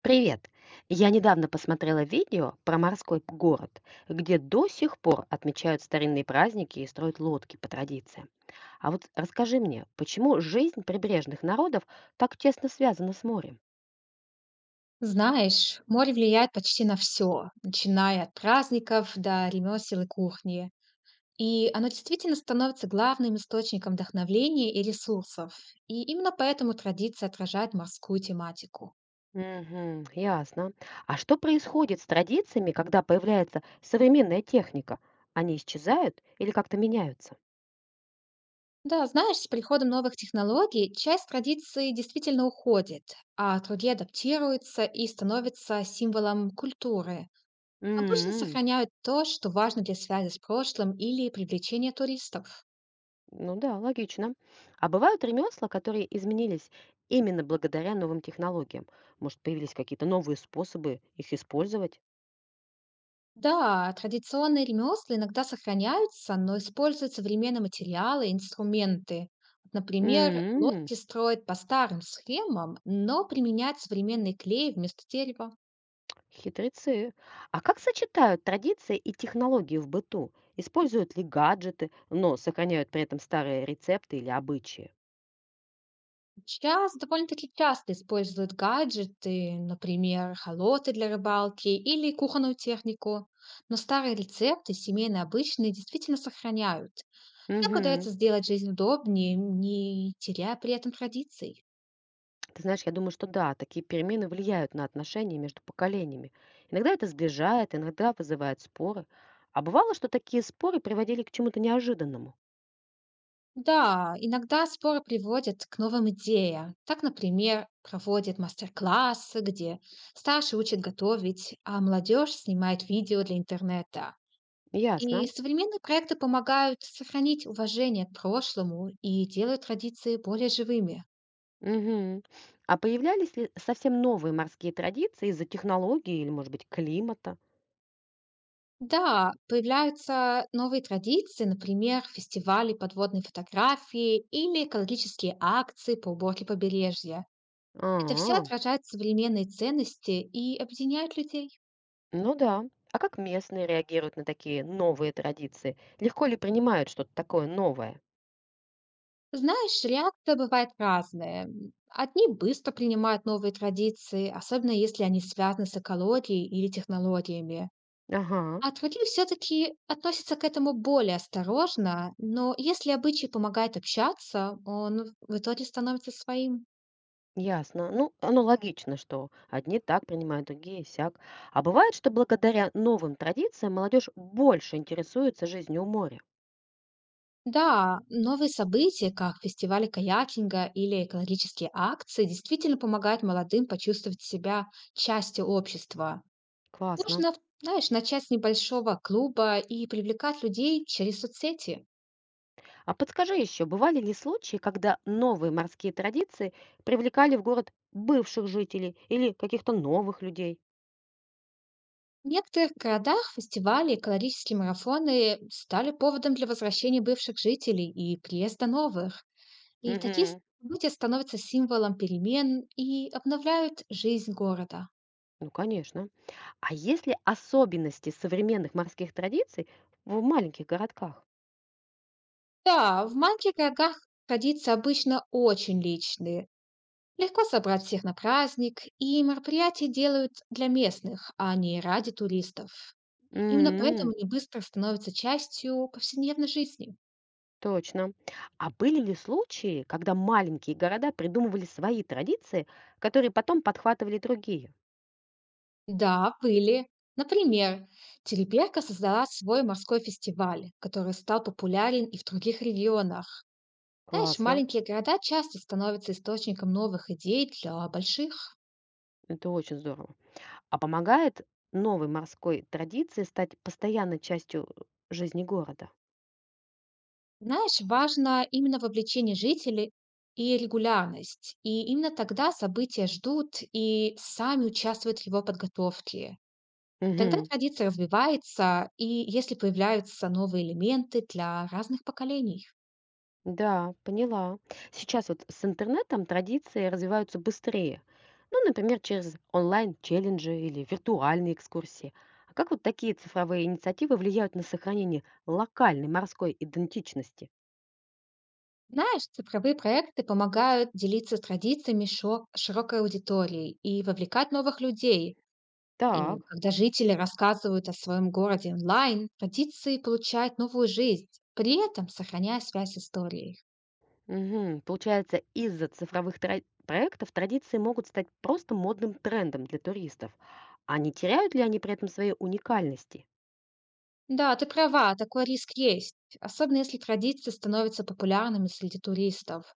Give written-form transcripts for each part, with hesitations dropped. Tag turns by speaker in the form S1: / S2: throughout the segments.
S1: Привет! Я недавно посмотрела видео про морской п- город, где до сих пор отмечают старинные праздники и строят лодки по традициям. А вот расскажи мне, почему жизнь прибрежных народов так тесно связана с морем?
S2: Знаешь, море влияет почти на все, начиная от праздников до ремесел и кухни. И оно действительно становится главным источником вдохновения и ресурсов. И именно поэтому традиция отражает морскую тематику.
S1: Угу, ясно. А что происходит с традициями, когда появляется современная техника? Они исчезают или как-то меняются?
S2: Да, знаешь, с приходом новых технологий часть традиции действительно уходит, а другие адаптируются и становятся символом культуры. Обычно
S1: М.
S2: сохраняют то, что важно для связи с прошлым или привлечения туристов.
S1: Ну да, логично. А бывают ремесла, которые изменились именно благодаря новым технологиям. Может, появились какие-то новые способы их использовать?
S2: Да, традиционные ремесла иногда сохраняются, но используют современные материалы и инструменты. Например,
S1: М,
S2: лодки строят по старым схемам, но применяют современный клей вместо дерева.
S1: хитрецы. А как сочетают традиции и технологии в быту? Используют ли гаджеты, но сохраняют при этом старые рецепты или обычаи?
S2: Сейчас довольно-таки часто используют гаджеты, например, холоты для рыбалки или кухонную технику. Но старые рецепты, семейные обычные, действительно сохраняют. Так
S1: Мгм.
S2: удается сделать жизнь удобнее, не теряя при этом традиций.
S1: Ты знаешь, я думаю, что да, такие перемены влияют на отношения между поколениями. Иногда это сближает, иногда вызывает споры. А бывало, что такие споры приводили к чему-то неожиданному?
S2: Да, иногда споры приводят к новым идеям. Так, например, проводят мастер-классы, где старшие учат готовить, а молодежь снимает видео для интернета.
S1: Ясно.
S2: И современные проекты помогают сохранить уважение к прошлому и делают традиции более живыми.
S1: Мгм. А появлялись ли совсем новые морские традиции из-за технологий или, может быть, климата?
S2: Да, появляются новые традиции, например, фестивали подводной фотографии или экологические акции по уборке побережья. Это все
S1: А,
S2: отражает современные ценности и объединяет людей.
S1: ну да. А как местные реагируют на такие новые традиции? Легко ли принимают что-то такое новое?
S2: Знаешь, реакция бывает разная. Одни быстро принимают новые традиции, особенно если они связаны с экологией или технологиями.
S1: Ага,
S2: А другие все-таки относятся к этому более осторожно, но если обычай помогает общаться, он в итоге становится своим.
S1: ясно. Ну, оно логично, что одни так принимают, другие сяк. А бывает, что благодаря новым традициям молодежь больше интересуется жизнью у моря?
S2: Да, новые события, как фестивали каякинга или экологические акции, действительно помогают молодым почувствовать себя частью общества.
S1: Классно.
S2: Нужно, знаешь, начать с небольшого клуба и привлекать людей через соцсети.
S1: А подскажи еще, бывали ли случаи, когда новые морские традиции привлекали в город бывших жителей или каких-то новых людей?
S2: В некоторых городах фестивали и экологические марафоны стали поводом для возвращения бывших жителей и приезда новых. И такие
S1: Мгм.
S2: события становятся символом перемен и обновляют жизнь города.
S1: Ну, конечно. А есть ли особенности современных морских традиций в маленьких городках?
S2: Да, в маленьких городах традиции обычно очень личные. Легко собрать всех на праздник, и мероприятия делают для местных, а не ради туристов. Именно
S1: М.
S2: поэтому они быстро становятся частью повседневной жизни.
S1: Точно. А были ли случаи, когда маленькие города придумывали свои традиции, которые потом подхватывали другие?
S2: Да, были. Например, Тереберка создала свой морской фестиваль, который стал популярен и в других регионах. Знаешь,
S1: Классно.
S2: маленькие города часто становятся источником новых идей для больших.
S1: Это очень здорово. А помогает новой морской традиции стать постоянной частью жизни города.
S2: Знаешь, важно именно вовлечение жителей и регулярность. И именно тогда события ждут и сами участвуют в его подготовке. Тогда
S1: Мгм.
S2: традиция развивается, и если появляются новые элементы для разных поколений.
S1: Да, поняла. Сейчас вот с интернетом традиции развиваются быстрее. Ну, например, через онлайн-челленджи или виртуальные экскурсии. А как вот такие цифровые инициативы влияют на сохранение локальной морской идентичности?
S2: Знаешь, цифровые проекты помогают делиться традициями широкой аудитории и вовлекать новых людей. И
S1: Так.
S2: когда жители рассказывают о своем городе онлайн, традиции получают новую жизнь, при этом сохраняя связь с историей.
S1: Мгм. Получается, из-за цифровых тра- проектов традиции могут стать просто модным трендом для туристов. А не теряют ли они при этом своей уникальности?
S2: Да, ты права, такой риск есть, особенно если традиции становятся популярными среди туристов.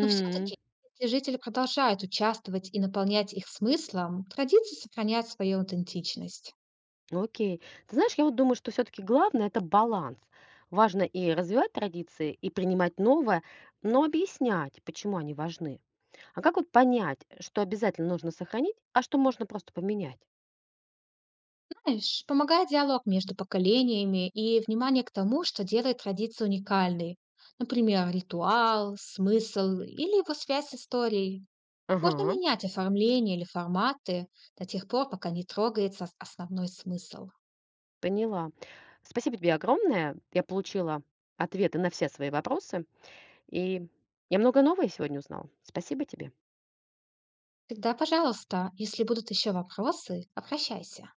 S2: Но все-таки, если жители продолжают участвовать и наполнять их смыслом, традиции сохраняют свою аутентичность.
S1: Окей. Ты знаешь, я вот думаю, что все-таки главное это баланс. Важно и развивать традиции, и принимать новое, но объяснять, почему они важны. А как вот понять, что обязательно нужно сохранить, а что можно просто поменять?
S2: Знаешь, помогает диалог между поколениями и внимание к тому, что делает традицию уникальной. Например, ритуал, смысл или его связь с историей. Можно
S1: Ага,
S2: менять оформление или форматы до тех пор, пока не трогается основной смысл.
S1: поняла. Спасибо тебе огромное. Я получила ответы на все свои вопросы. И я много нового сегодня узнала. Спасибо тебе.
S2: Всегда пожалуйста. Если будут еще вопросы, обращайся.